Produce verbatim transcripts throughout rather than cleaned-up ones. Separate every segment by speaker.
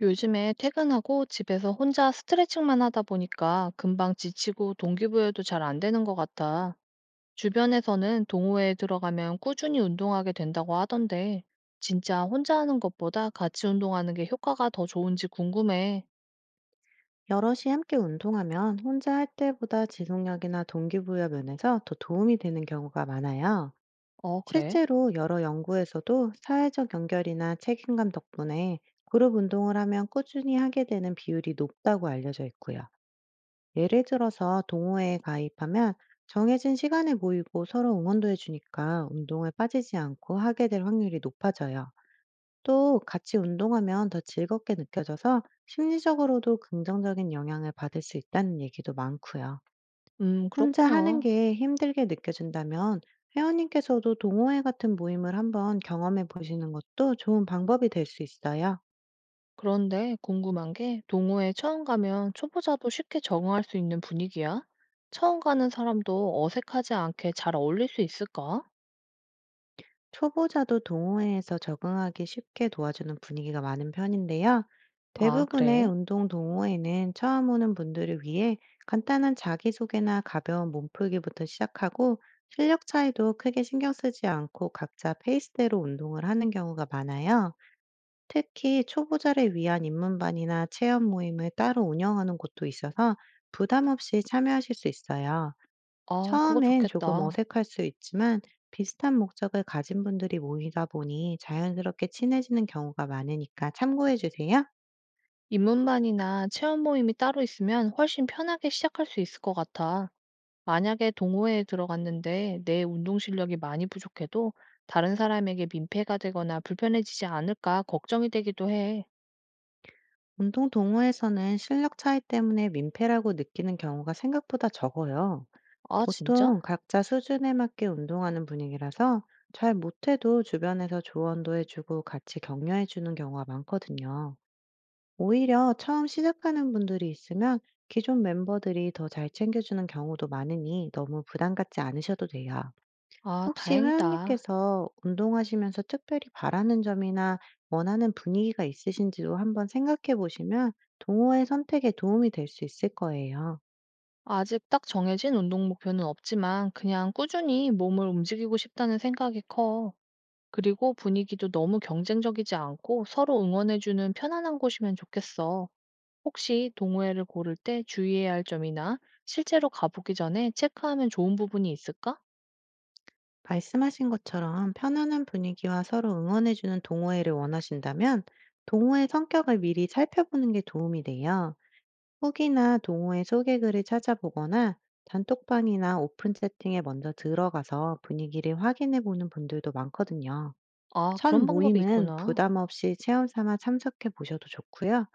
Speaker 1: 요즘에 퇴근하고 집에서 혼자 스트레칭만 하다 보니까 금방 지치고 동기부여도 잘 안 되는 것 같아. 주변에서는 동호회에 들어가면 꾸준히 운동하게 된다고 하던데, 진짜 혼자 하는 것보다 같이 운동하는 게 효과가 더 좋은지 궁금해.
Speaker 2: 여럿이 함께 운동하면 혼자 할 때보다 지속력이나 동기부여 면에서 더 도움이 되는 경우가 많아요.
Speaker 1: 어, 그래?
Speaker 2: 실제로 여러 연구에서도 사회적 연결이나 책임감 덕분에 그룹 운동을 하면 꾸준히 하게 되는 비율이 높다고 알려져 있고요. 예를 들어서 동호회에 가입하면 정해진 시간에 모이고 서로 응원도 해주니까 운동에 빠지지 않고 하게 될 확률이 높아져요. 또 같이 운동하면 더 즐겁게 느껴져서 심리적으로도 긍정적인 영향을 받을 수 있다는 얘기도 많고요.
Speaker 1: 음,
Speaker 2: 혼자 하는
Speaker 1: 그렇구나.
Speaker 2: 게 힘들게 느껴진다면 회원님께서도 동호회 같은 모임을 한번 경험해 보시는 것도 좋은 방법이 될 수 있어요.
Speaker 1: 그런데 궁금한 게 동호회 처음 가면 초보자도 쉽게 적응할 수 있는 분위기야? 처음 가는 사람도 어색하지 않게 잘 어울릴 수 있을까?
Speaker 2: 초보자도 동호회에서 적응하기 쉽게 도와주는 분위기가 많은 편인데요.
Speaker 1: 아,
Speaker 2: 대부분의
Speaker 1: 그래?
Speaker 2: 운동 동호회는 처음 오는 분들을 위해 간단한 자기소개나 가벼운 몸풀기부터 시작하고, 실력 차이도 크게 신경 쓰지 않고 각자 페이스대로 운동을 하는 경우가 많아요. 특히 초보자를 위한 입문반이나 체험 모임을 따로 운영하는 곳도 있어서 부담 없이 참여하실 수 있어요.
Speaker 1: 아, 그거
Speaker 2: 처음엔 조금
Speaker 1: 좋겠다.
Speaker 2: 어색할 수 있지만, 비슷한 목적을 가진 분들이 모이다 보니 자연스럽게 친해지는 경우가 많으니까 참고해 주세요.
Speaker 1: 입문반이나 체험 모임이 따로 있으면 훨씬 편하게 시작할 수 있을 것 같아. 만약에 동호회에 들어갔는데 내 운동 실력이 많이 부족해도 다른 사람에게 민폐가 되거나 불편해지지 않을까 걱정이 되기도 해.
Speaker 2: 운동 동호회에서는 실력 차이 때문에 민폐라고 느끼는 경우가 생각보다 적어요.
Speaker 1: 아,
Speaker 2: 보통
Speaker 1: 진짜?
Speaker 2: 각자 수준에 맞게 운동하는 분위기라서 잘 못해도 주변에서 조언도 해주고 같이 격려해 주는 경우가 많거든요. 오히려 처음 시작하는 분들이 있으면 기존 멤버들이 더 잘 챙겨주는 경우도 많으니 너무 부담 갖지 않으셔도 돼요.
Speaker 1: 아,
Speaker 2: 혹시
Speaker 1: 다행이다.
Speaker 2: 회원님께서 운동하시면서 특별히 바라는 점이나 원하는 분위기가 있으신지도 한번 생각해 보시면 동호회 선택에 도움이 될 수 있을 거예요.
Speaker 1: 아직 딱 정해진 운동 목표는 없지만 그냥 꾸준히 몸을 움직이고 싶다는 생각이 커. 그리고 분위기도 너무 경쟁적이지 않고 서로 응원해주는 편안한 곳이면 좋겠어. 혹시 동호회를 고를 때 주의해야 할 점이나 실제로 가보기 전에 체크하면 좋은 부분이 있을까?
Speaker 2: 말씀하신 것처럼 편안한 분위기와 서로 응원해주는 동호회를 원하신다면 동호회 성격을 미리 살펴보는 게 도움이 돼요. 후기나 동호회 소개글을 찾아보거나 단톡방이나 오픈 채팅에 먼저 들어가서 분위기를 확인해 보는 분들도 많거든요.
Speaker 1: 아,
Speaker 2: 첫
Speaker 1: 그런 방법이
Speaker 2: 모임은
Speaker 1: 있구나.
Speaker 2: 부담 없이 체험 삼아 참석해 보셔도 좋고요.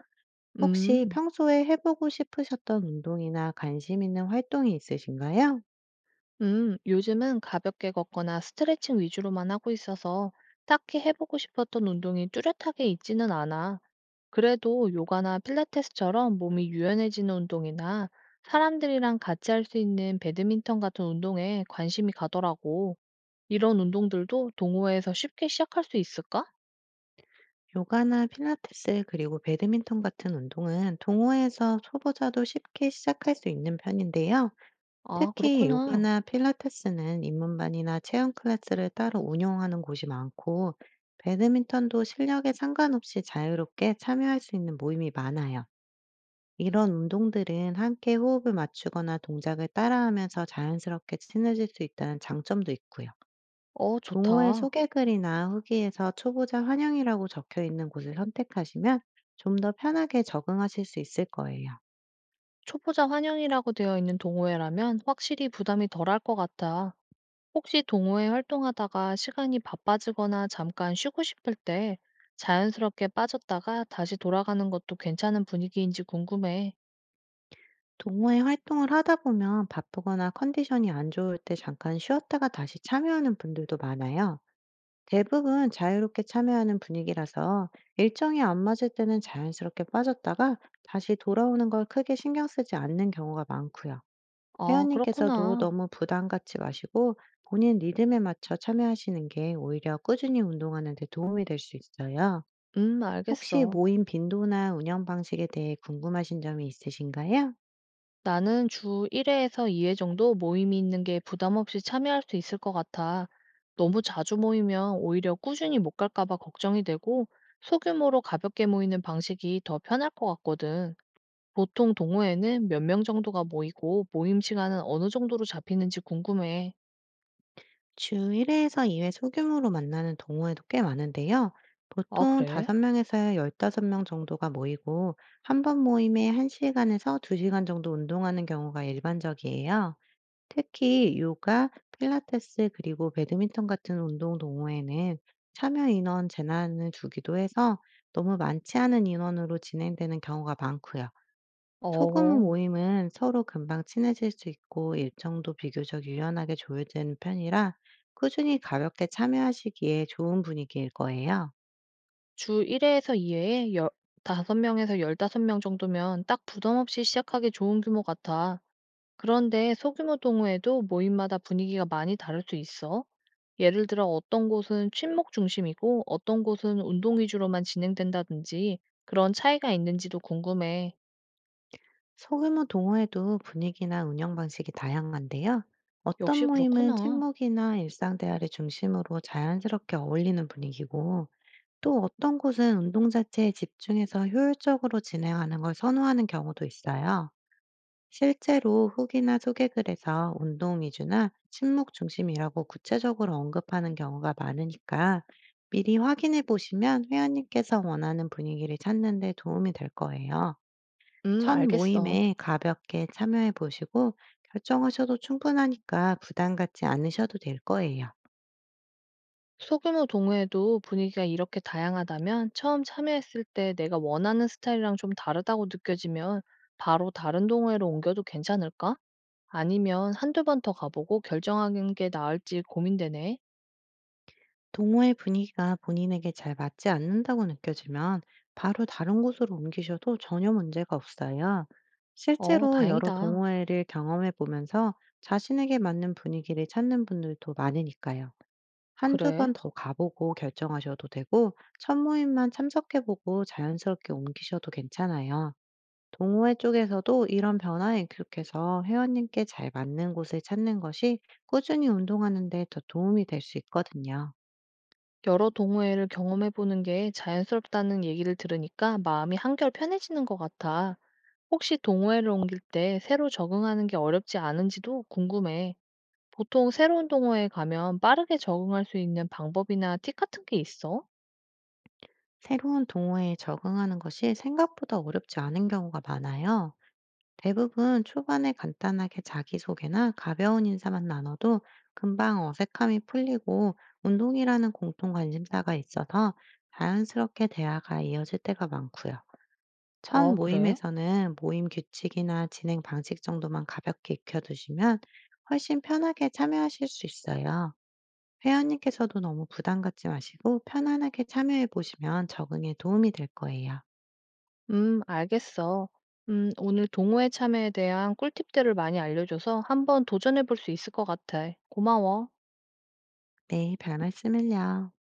Speaker 2: 혹시
Speaker 1: 음,
Speaker 2: 평소에 해보고 싶으셨던 운동이나 관심 있는 활동이 있으신가요?
Speaker 1: 음, 요즘은 가볍게 걷거나 스트레칭 위주로만 하고 있어서 딱히 해보고 싶었던 운동이 뚜렷하게 있지는 않아. 그래도 요가나 필라테스처럼 몸이 유연해지는 운동이나 사람들이랑 같이 할 수 있는 배드민턴 같은 운동에 관심이 가더라고. 이런 운동들도 동호회에서 쉽게 시작할 수 있을까?
Speaker 2: 요가나 필라테스 그리고 배드민턴 같은 운동은 동호회에서 초보자도 쉽게 시작할 수 있는 편인데요.
Speaker 1: 아,
Speaker 2: 특히
Speaker 1: 그렇구나.
Speaker 2: 요가나 필라테스는 입문반이나 체험 클래스를 따로 운영하는 곳이 많고, 배드민턴도 실력에 상관없이 자유롭게 참여할 수 있는 모임이 많아요. 이런 운동들은 함께 호흡을 맞추거나 동작을 따라하면서 자연스럽게 친해질 수 있다는 장점도 있고요.
Speaker 1: 어,
Speaker 2: 동호회
Speaker 1: 좋다.
Speaker 2: 소개글이나 후기에서 초보자 환영이라고 적혀 있는 곳을 선택하시면 좀 더 편하게 적응하실 수 있을 거예요.
Speaker 1: 초보자 환영이라고 되어 있는 동호회라면 확실히 부담이 덜할 것 같아. 혹시 동호회 활동하다가 시간이 바빠지거나 잠깐 쉬고 싶을 때 자연스럽게 빠졌다가 다시 돌아가는 것도 괜찮은 분위기인지 궁금해.
Speaker 2: 동호회 활동을 하다 보면 바쁘거나 컨디션이 안 좋을 때 잠깐 쉬었다가 다시 참여하는 분들도 많아요. 대부분 자유롭게 참여하는 분위기라서 일정이 안 맞을 때는 자연스럽게 빠졌다가 다시 돌아오는 걸 크게 신경 쓰지 않는 경우가 많고요.
Speaker 1: 아,
Speaker 2: 회원님께서도
Speaker 1: 그렇구나.
Speaker 2: 너무 부담 갖지 마시고 본인 리듬에 맞춰 참여하시는 게 오히려 꾸준히 운동하는 데 도움이 될 수 있어요.
Speaker 1: 음,
Speaker 2: 혹시
Speaker 1: 알겠어.
Speaker 2: 모임 빈도나 운영 방식에 대해 궁금하신 점이 있으신가요?
Speaker 1: 나는 주 일 회에서 이 회 정도 모임이 있는 게 부담 없이 참여할 수 있을 것 같아. 너무 자주 모이면 오히려 꾸준히 못 갈까 봐 걱정이 되고, 소규모로 가볍게 모이는 방식이 더 편할 것 같거든. 보통 동호회는 몇 명 정도가 모이고, 모임 시간은 어느 정도로 잡히는지 궁금해.
Speaker 2: 주 일 회에서 이 회 소규모로 만나는 동호회도 꽤 많은데요.
Speaker 1: 아,
Speaker 2: 보통
Speaker 1: 그래?
Speaker 2: 다섯 명에서 열다섯 명 정도가 모이고, 한 번 모임에 한 시간에서 두 시간 정도 운동하는 경우가 일반적이에요. 특히 요가, 필라테스, 그리고 배드민턴 같은 운동 동호회는 참여 인원 제한을 주기도 해서 너무 많지 않은 인원으로 진행되는 경우가 많고요. 소규모
Speaker 1: 어,
Speaker 2: 모임은 서로 금방 친해질 수 있고 일정도 비교적 유연하게 조율되는 편이라 꾸준히 가볍게 참여하시기에 좋은 분위기일 거예요.
Speaker 1: 주 일 회에서 이 회에 다섯 명에서 열다섯 명 정도면 딱 부담 없이 시작하기 좋은 규모 같아. 그런데 소규모 동호회도 모임마다 분위기가 많이 다를 수 있어. 예를 들어 어떤 곳은 친목 중심이고 어떤 곳은 운동 위주로만 진행된다든지 그런 차이가 있는지도 궁금해.
Speaker 2: 소규모 동호회도 분위기나 운영 방식이 다양한데요. 어떤
Speaker 1: 역시
Speaker 2: 모임은
Speaker 1: 그렇구나.
Speaker 2: 친목이나 일상 대화를 중심으로 자연스럽게 어울리는 분위기고, 또 어떤 곳은 운동 자체에 집중해서 효율적으로 진행하는 걸 선호하는 경우도 있어요. 실제로 후기나 소개글에서 운동 위주나 침묵 중심이라고 구체적으로 언급하는 경우가 많으니까 미리 확인해 보시면 회원님께서 원하는 분위기를 찾는 데 도움이 될 거예요.
Speaker 1: 음,
Speaker 2: 첫
Speaker 1: 알겠어.
Speaker 2: 모임에 가볍게 참여해 보시고 결정하셔도 충분하니까 부담 갖지 않으셔도 될 거예요.
Speaker 1: 소규모 동호회도 분위기가 이렇게 다양하다면 처음 참여했을 때 내가 원하는 스타일이랑 좀 다르다고 느껴지면 바로 다른 동호회로 옮겨도 괜찮을까? 아니면 한두 번 더 가보고 결정하는 게 나을지 고민되네.
Speaker 2: 동호회 분위기가 본인에게 잘 맞지 않는다고 느껴지면 바로 다른 곳으로 옮기셔도 전혀 문제가 없어요.
Speaker 1: 어,
Speaker 2: 실제로 여러
Speaker 1: 다행이다.
Speaker 2: 동호회를 경험해 보면서 자신에게 맞는 분위기를 찾는 분들도 많으니까요. 한두
Speaker 1: 그래.
Speaker 2: 번 더 가보고 결정하셔도 되고, 첫 모임만 참석해보고 자연스럽게 옮기셔도 괜찮아요. 동호회 쪽에서도 이런 변화에 익숙해서 회원님께 잘 맞는 곳을 찾는 것이 꾸준히 운동하는 데 더 도움이 될 수 있거든요.
Speaker 1: 여러 동호회를 경험해보는 게 자연스럽다는 얘기를 들으니까 마음이 한결 편해지는 것 같아. 혹시 동호회를 옮길 때 새로 적응하는 게 어렵지 않은지도 궁금해. 보통 새로운 동호회에 가면 빠르게 적응할 수 있는 방법이나 팁 같은 게 있어?
Speaker 2: 새로운 동호회에 적응하는 것이 생각보다 어렵지 않은 경우가 많아요. 대부분 초반에 간단하게 자기소개나 가벼운 인사만 나눠도 금방 어색함이 풀리고 운동이라는 공통 관심사가 있어서 자연스럽게 대화가 이어질 때가 많고요. 첫
Speaker 1: 어, 그래?
Speaker 2: 모임에서는 모임 규칙이나 진행 방식 정도만 가볍게 익혀두시면 훨씬 편하게 참여하실 수 있어요. 회원님께서도 너무 부담 갖지 마시고 편안하게 참여해 보시면 적응에 도움이 될 거예요.
Speaker 1: 음, 알겠어. 음, 오늘 동호회 참여에 대한 꿀팁들을 많이 알려줘서 한번 도전해볼 수 있을 것 같아. 고마워.
Speaker 2: 네, 별 말씀을요.